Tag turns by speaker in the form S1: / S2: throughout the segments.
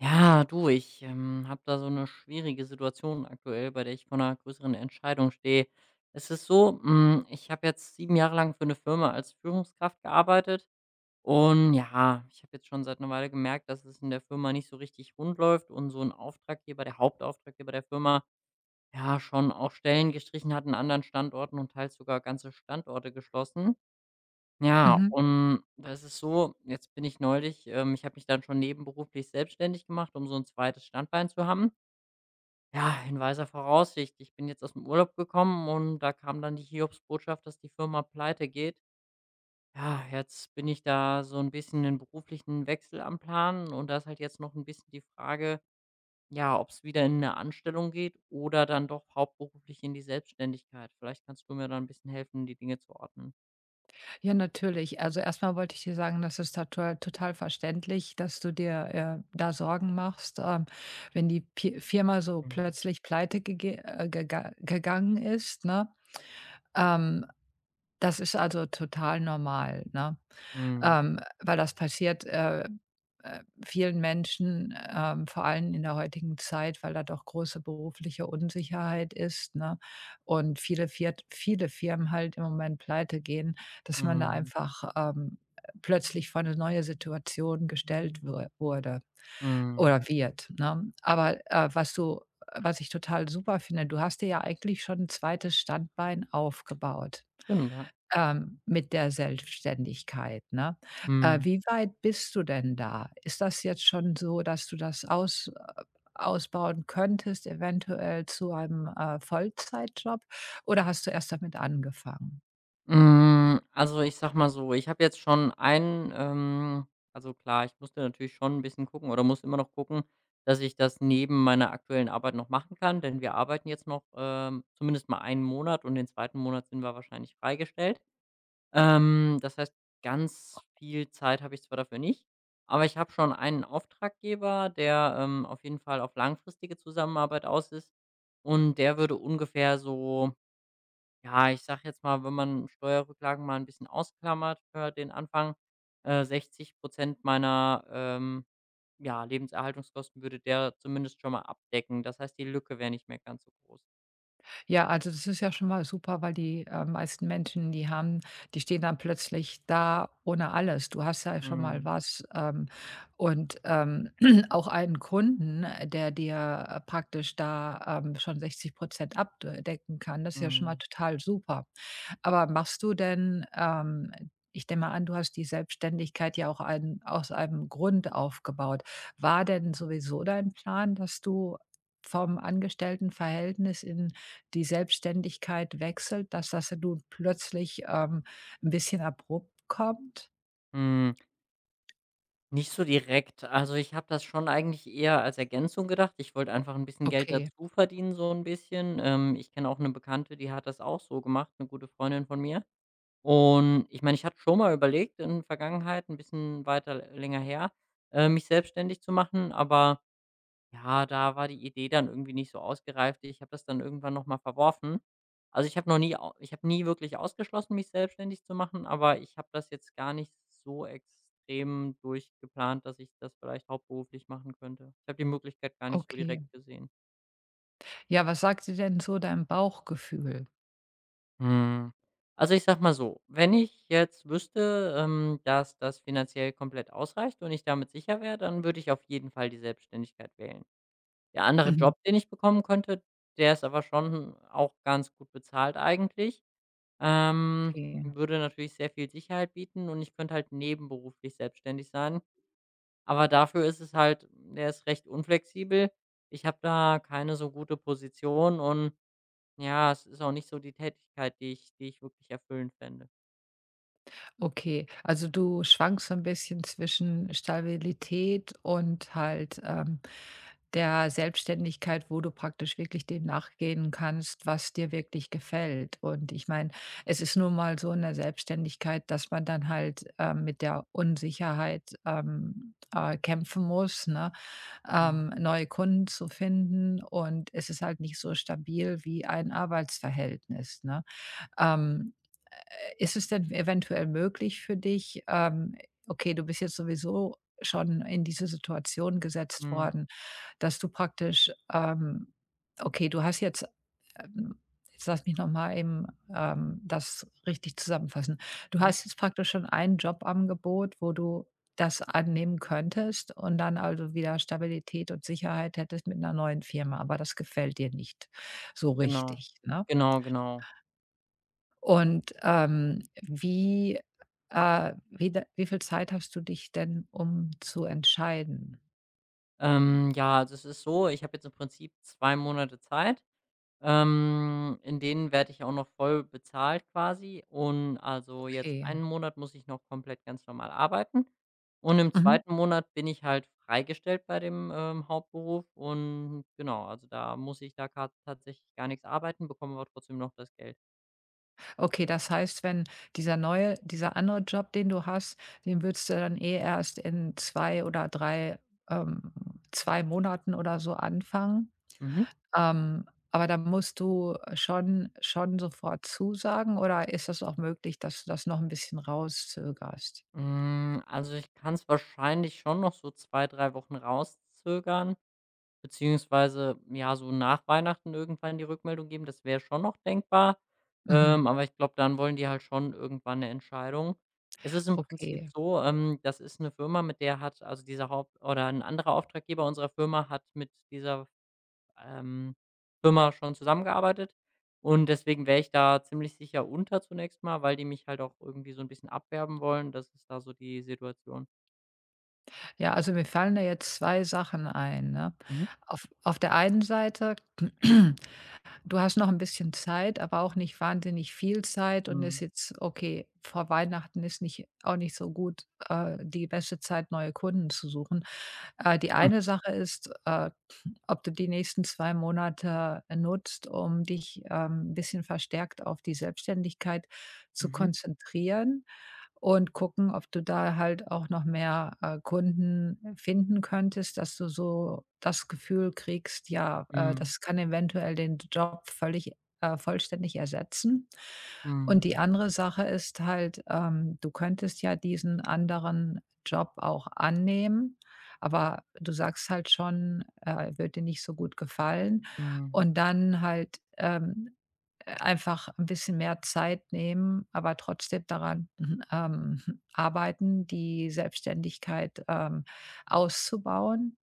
S1: Ja, du, ich habe da so eine schwierige Situation aktuell, bei der ich vor einer größeren Entscheidung stehe. Es ist so, ich habe jetzt 7 Jahre lang für eine Firma als Führungskraft gearbeitet und ja, ich habe jetzt schon seit einer Weile gemerkt, dass es in der Firma nicht so richtig rund läuft und so ein Auftraggeber der Hauptauftraggeber der Firma, ja, schon auch Stellen gestrichen hat in anderen Standorten und teils sogar ganze Standorte geschlossen. Ja,
S2: Mhm.
S1: und das ist so, jetzt bin ich neulich ich habe mich dann schon nebenberuflich selbstständig gemacht, um so ein zweites Standbein zu haben. Ja, in weiser Voraussicht, ich bin jetzt aus dem Urlaub gekommen und da kam dann die Hiobsbotschaft, dass die Firma Pleite geht. Ja, jetzt bin ich da so ein bisschen den beruflichen Wechsel am Planen und da ist halt jetzt noch ein bisschen die Frage, ja, ob es wieder in eine Anstellung geht oder dann doch hauptberuflich in die Selbstständigkeit. Vielleicht kannst du mir da ein bisschen helfen, die Dinge zu ordnen.
S2: Ja, natürlich. Also erstmal wollte ich dir sagen, das ist total, total verständlich, dass du dir da Sorgen machst, wenn die Firma so
S1: Mhm.
S2: plötzlich pleite gege gega gegangen ist. Ne? Ähm, Das ist also total normal. Ne?
S1: Mhm.
S2: Weil das passiert, äh, vielen Menschen, vor allem in der heutigen Zeit, weil da doch große berufliche Unsicherheit ist, ne? Und viele Firmen halt im Moment Pleite gehen, dass man da
S1: Mhm.
S2: einfach, plötzlich vor eine neue Situation gestellt wurde
S1: Mhm.
S2: oder wird, ne? Aber, was ich total super finde, du hast dir ja eigentlich schon ein zweites Standbein aufgebaut.
S1: Stimmt, ja.
S2: Mit der Selbstständigkeit, ne?
S1: Mhm.
S2: Wie weit bist du denn da? Ist das jetzt schon so, dass du das ausbauen könntest, eventuell zu einem, Vollzeitjob, oder hast du erst damit angefangen?
S1: Also, ich sag mal so, ich habe jetzt schon einen also klar, ich musste natürlich schon ein bisschen gucken oder muss immer noch gucken, dass ich das neben meiner aktuellen Arbeit noch machen kann, denn wir arbeiten jetzt noch, zumindest mal einen Monat und den zweiten Monat sind wir wahrscheinlich freigestellt. Das heißt, ganz viel Zeit habe ich zwar dafür nicht, aber ich habe schon einen Auftraggeber, der, auf jeden Fall auf langfristige Zusammenarbeit aus ist und der würde ungefähr so. Ja, ich sag jetzt mal, wenn man Steuerrücklagen mal ein bisschen ausklammert für den Anfang, 60% meiner, ja, Lebenserhaltungskosten würde der zumindest schon mal abdecken. Das heißt, die Lücke wäre nicht mehr ganz so groß.
S2: Ja, also das ist ja schon mal super, weil die, meisten Menschen, die stehen dann plötzlich da ohne alles. Du hast ja schon mal
S1: Mhm,
S2: was, und, auch einen Kunden, der dir, praktisch da, schon 60% abdecken kann. Das ist ja schon mal
S1: mhm,
S2: total super. Aber machst du denn ich nehme mal an, du hast die Selbstständigkeit ja auch ein aus einem Grund aufgebaut. War denn sowieso dein Plan, dass du vom Angestelltenverhältnis in die Selbstständigkeit wechselt, dass das du plötzlich, 'n bisschen abrupt kommt?
S1: mhm. Nicht so direkt. Also, ich habe das schon eigentlich eher als Ergänzung gedacht. Ich wollte einfach ein bisschen Geld
S2: Okay,
S1: dazu verdienen, so ein bisschen. Ich kenne auch eine Bekannte, die hat das auch so gemacht, eine gute Freundin von mir. Und ich meine, ich hatte schon mal überlegt in der Vergangenheit, ein bisschen weiter länger her, mich selbstständig zu machen, aber ja, da war die Idee dann irgendwie nicht so ausgereift. Ich habe das dann irgendwann noch mal verworfen. Also, ich habe nie wirklich ausgeschlossen, mich selbstständig zu machen, aber ich habe das jetzt gar nicht so extrem durchgeplant, dass ich das vielleicht hauptberuflich machen könnte. Ich habe die Möglichkeit gar nicht so
S2: okay.
S1: direkt gesehen.
S2: Ja, was sagt dir denn so dein Bauchgefühl?
S1: Hm, also, ich sage mal so, wenn ich jetzt wüsste, dass das finanziell komplett ausreicht und ich damit sicher wäre, dann würde ich auf jeden Fall die Selbstständigkeit wählen. Der andere Job,
S2: Mhm.
S1: den ich bekommen könnte, der ist aber schon auch ganz gut bezahlt eigentlich, ähm,
S2: Okay.
S1: würde natürlich sehr viel Sicherheit bieten und ich könnte halt nebenberuflich selbstständig sein. Aber dafür ist es halt der ist recht unflexibel. Ich habe da keine so gute Position und ja, es ist auch nicht so die Tätigkeit, die ich wirklich erfüllend fände.
S2: Okay, also du schwankst so ein bisschen zwischen Stabilität und halt, der Selbstständigkeit, wo du praktisch wirklich dem nachgehen kannst, was dir wirklich gefällt. Und ich meine, es ist nun mal so in der Selbstständigkeit, dass man dann halt, mit der Unsicherheit, kämpfen muss, ne,
S1: Mhm.
S2: neue Kunden zu finden, und es ist halt nicht so stabil wie ein Arbeitsverhältnis, ne? Ähm Ist es denn eventuell möglich für dich, okay, du bist jetzt sowieso schon in diese Situation gesetzt
S1: Mhm.
S2: worden, dass du praktisch, okay, du hast jetzt, ähm, jetzt lass mich noch mal eben, das richtig zusammenfassen. Du
S1: Mhm.
S2: hast jetzt praktisch schon ein Jobangebot, wo du das annehmen könntest und dann also wieder Stabilität und Sicherheit hättest mit einer neuen Firma, aber das gefällt dir nicht so
S1: Genau.
S2: richtig, ne?
S1: Genau, genau.
S2: Und, wie viel Zeit hast du dich denn, um zu entscheiden?
S1: Ja, also es ist so, ich habe jetzt im Prinzip 2 Monate Zeit. In denen werde ich auch noch voll bezahlt quasi und also jetzt
S2: Okay.
S1: einen Monat muss ich noch komplett ganz normal arbeiten und im
S2: Mhm.
S1: zweiten Monat bin ich halt freigestellt bei dem, Hauptberuf und genau, also da muss ich da grad tatsächlich gar nichts arbeiten, bekomme aber trotzdem noch das Geld.
S2: Okay, das heißt, wenn dieser andere Job, den du hast, den würdest du dann eh erst in 2 oder 3 ähm 2 Monaten oder so anfangen?
S1: Mhm.
S2: Aber da musst du schon sofort zusagen, oder ist das auch möglich, dass du das noch ein bisschen rauszögerst?
S1: Also, ich kann es wahrscheinlich schon noch so 2 3 Wochen rauszögern, beziehungsweise, ja, so nach Weihnachten irgendwann die Rückmeldung geben. Das wäre schon noch denkbar.
S2: Mhm,
S1: Aber ich glaube, dann wollen die halt schon irgendwann eine Entscheidung. Es ist im Prinzip
S2: okay.
S1: so, das ist eine Firma, mit der hat also, dieser Haupt oder ein anderer Auftraggeber unserer Firma hat mit dieser ähm, Firma schon zusammengearbeitet und deswegen wäre ich da ziemlich sicher unter zunächst mal, weil die mich halt auch irgendwie so ein bisschen abwerben wollen. Das ist da so die Situation.
S2: Ja, also mir fallen da jetzt 2 Sachen ein, ne?
S1: Mhm.
S2: Auf der einen Seite, du hast noch ein bisschen Zeit, aber auch nicht wahnsinnig viel Zeit, und
S1: Mhm.
S2: ist jetzt okay, vor Weihnachten ist nicht, auch nicht so gut, die beste Zeit, neue Kunden zu suchen. Die eine Sache ist, ob du die nächsten 2 Monate nutzt, um dich, 'n bisschen verstärkt auf die Selbstständigkeit zu
S1: Mhm.
S2: konzentrieren, und gucken, ob du da halt auch noch mehr, Kunden finden könntest, dass du so das Gefühl kriegst, ja,
S1: Mhm.
S2: das kann eventuell den Job völlig vollständig ersetzen. Und
S1: Mhm.
S2: die andere Sache ist halt, du könntest ja diesen anderen Job auch annehmen, aber du sagst halt schon, wird dir nicht so gut gefallen,
S1: Mhm.
S2: und dann halt, einfach ein bisschen mehr Zeit nehmen, aber trotzdem daran, arbeiten, die Selbstständigkeit, auszubauen.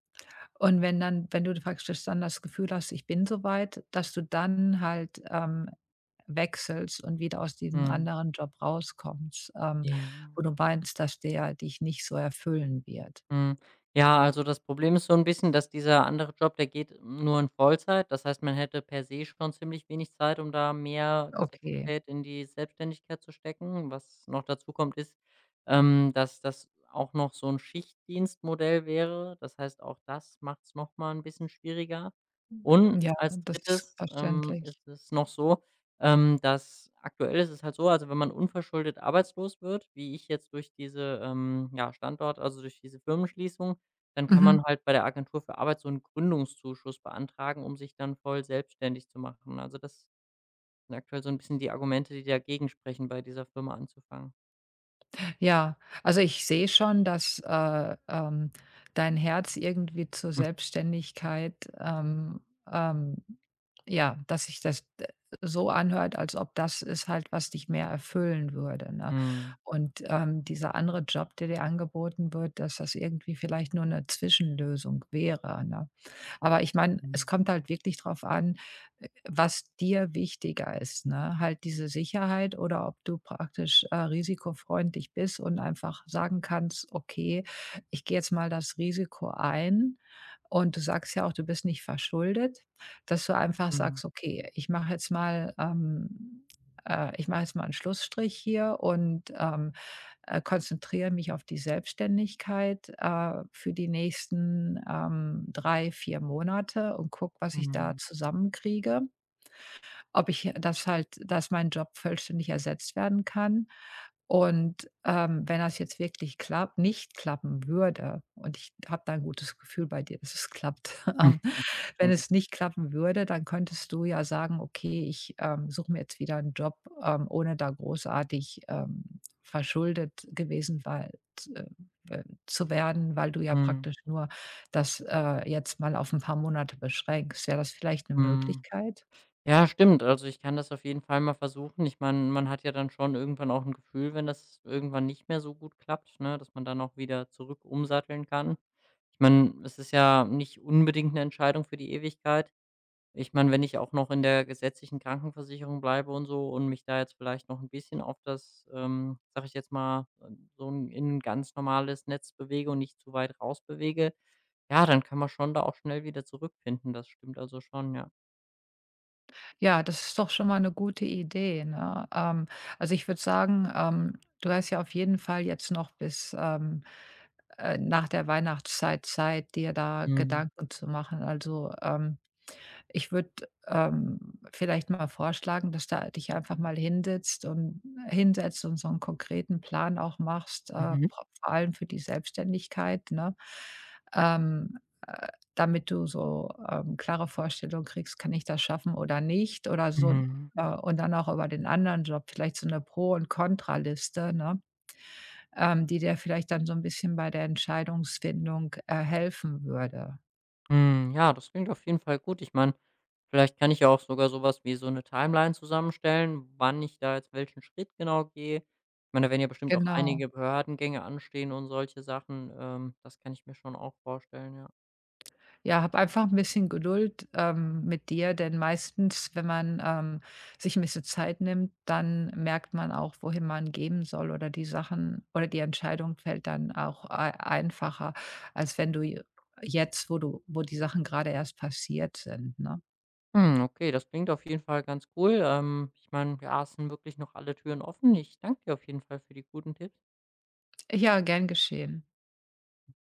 S2: Und wenn du praktisch dann das Gefühl hast: „Ich bin soweit“, dass du dann halt, wechselst und wieder aus diesem
S1: Mhm.
S2: anderen Job rauskommst,
S1: Ja.
S2: wo du meinst, dass der dich nicht so erfüllen wird.
S1: Mhm. Ja, also das Problem ist so ein bisschen, dass dieser andere Job, der geht nur in Vollzeit. Das heißt, man hätte per se schon ziemlich wenig Zeit, um da mehr
S2: Okay.
S1: Kapazität in die Selbstständigkeit zu stecken. Was noch dazu kommt, ist, dass das auch noch so ein Schichtdienstmodell wäre. Das heißt, auch das macht's noch mal ein bisschen schwieriger. Und
S2: Ja,
S1: als
S2: das ist
S1: drittes
S2: verständlich.
S1: ist es noch so dass aktuell ist es halt so, also wenn man unverschuldet arbeitslos wird, wie ich jetzt durch diese, ja, Standort also durch diese Firmenschließung, dann kann
S2: Mhm.
S1: man halt bei der Agentur für Arbeit so einen Gründungszuschuss beantragen, um sich dann voll selbstständig zu machen. Also, das sind aktuell so ein bisschen die Argumente, die dagegen sprechen, bei dieser Firma anzufangen.
S2: Ja, also ich sehe schon, dass dein Herz irgendwie zur Selbstständigkeit, ähm, ja, dass sich das d so anhört, als ob das ist, halt, was dich mehr erfüllen würde, ne?
S1: Mhm.
S2: Und, dieser andere Job, der dir angeboten wird, dass das irgendwie vielleicht nur eine Zwischenlösung wäre, ne? Aber ich meine,
S1: Mhm.
S2: es kommt halt wirklich drauf an, was dir wichtiger ist, ne? Halt diese Sicherheit, oder ob du praktisch, risikofreundlich bist und einfach sagen kannst: „Okay, ich gehe jetzt mal das Risiko ein.“ Und du sagst ja auch, du bist nicht verschuldet, dass du einfach
S1: Mhm.
S2: sagst: „Okay, ich mache jetzt mal, ich mache jetzt mal einen Schlussstrich hier, und, konzentriere mich auf die Selbstständigkeit für die nächsten 3, 4 Monate und gucke, was ich da
S1: Mhm.
S2: zusammenkriege, ob ich das halt, dass mein Job vollständig ersetzt werden kann.“ Und, wenn das jetzt wirklich klappt nicht klappen würde, und ich habe da ein gutes Gefühl bei dir, dass es klappt. Wenn
S1: Danke.
S2: es nicht klappen würde, dann könntest du ja sagen: „Okay, ich, suche mir jetzt wieder einen Job, ohne da großartig, verschuldet gewesen weil äh, zu werden“, weil du ja
S1: Mhm.
S2: praktisch nur das, jetzt mal auf ein paar Monate beschränkst. Wäre das vielleicht eine
S1: Mhm.
S2: Möglichkeit?
S1: Ja, stimmt. Also, ich kann das auf jeden Fall mal versuchen. Ich meine, man hat ja dann schon irgendwann auch ein Gefühl, wenn das irgendwann nicht mehr so gut klappt, ne, dass man dann auch wieder zurück umsatteln kann. Ich meine, es ist ja nicht unbedingt eine Entscheidung für die Ewigkeit. Ich meine, wenn ich auch noch in der gesetzlichen Krankenversicherung bleibe und so und mich da jetzt vielleicht noch ein bisschen auf das, sage ich jetzt mal, so 'n in ein ganz normales Netz bewege und nicht zu weit raus bewege, ja, dann kann man schon da auch schnell wieder zurückfinden. Das stimmt also schon, ja.
S2: Ja, das ist doch schon mal eine gute Idee, ne? Also, ich würde sagen, du hast ja auf jeden Fall jetzt noch bis, nach der Weihnachtszeit Zeit, dir da
S1: Mhm.
S2: Gedanken zu machen. Also, ich würde, vielleicht mal vorschlagen, dass du dich einfach mal hinsetzt und so einen konkreten Plan auch machst,
S1: Mhm.
S2: po vor allem für die Selbstständigkeit, ne? Ähm, äh, Damit du so, klare Vorstellung kriegst: „Kann ich das schaffen oder nicht?“ oder so,
S1: Mhm.
S2: und dann auch über den anderen Job vielleicht so eine Pro- und Kontraliste, ne, die dir vielleicht dann so ein bisschen bei der Entscheidungsfindung, helfen würde.
S1: Ja, das klingt auf jeden Fall gut. Ich meine, vielleicht kann ich ja auch sogar sowas wie so eine Timeline zusammenstellen, wann ich da jetzt welchen Schritt genau gehe. Ich meine, da werden ja bestimmt auch
S2: Genau.
S1: einige Behördengänge anstehen und solche Sachen. Das kann ich mir schon auch vorstellen, ja.
S2: Ja, habe einfach ein bisschen Geduld, mit dir, denn meistens, wenn man, sich ein bisschen Zeit nimmt, dann merkt man auch, wohin man geben soll, oder die Sachen, oder die Entscheidung fällt dann auch ei einfacher, als wenn du j jetzt, wo die Sachen gerade erst passiert sind, ne?
S1: Okay, das klingt auf jeden Fall ganz cool. Ich meine, ja, es sind wirklich noch alle Türen offen. Ich danke dir auf jeden Fall für die guten Tipps.
S2: Ja, gern geschehen.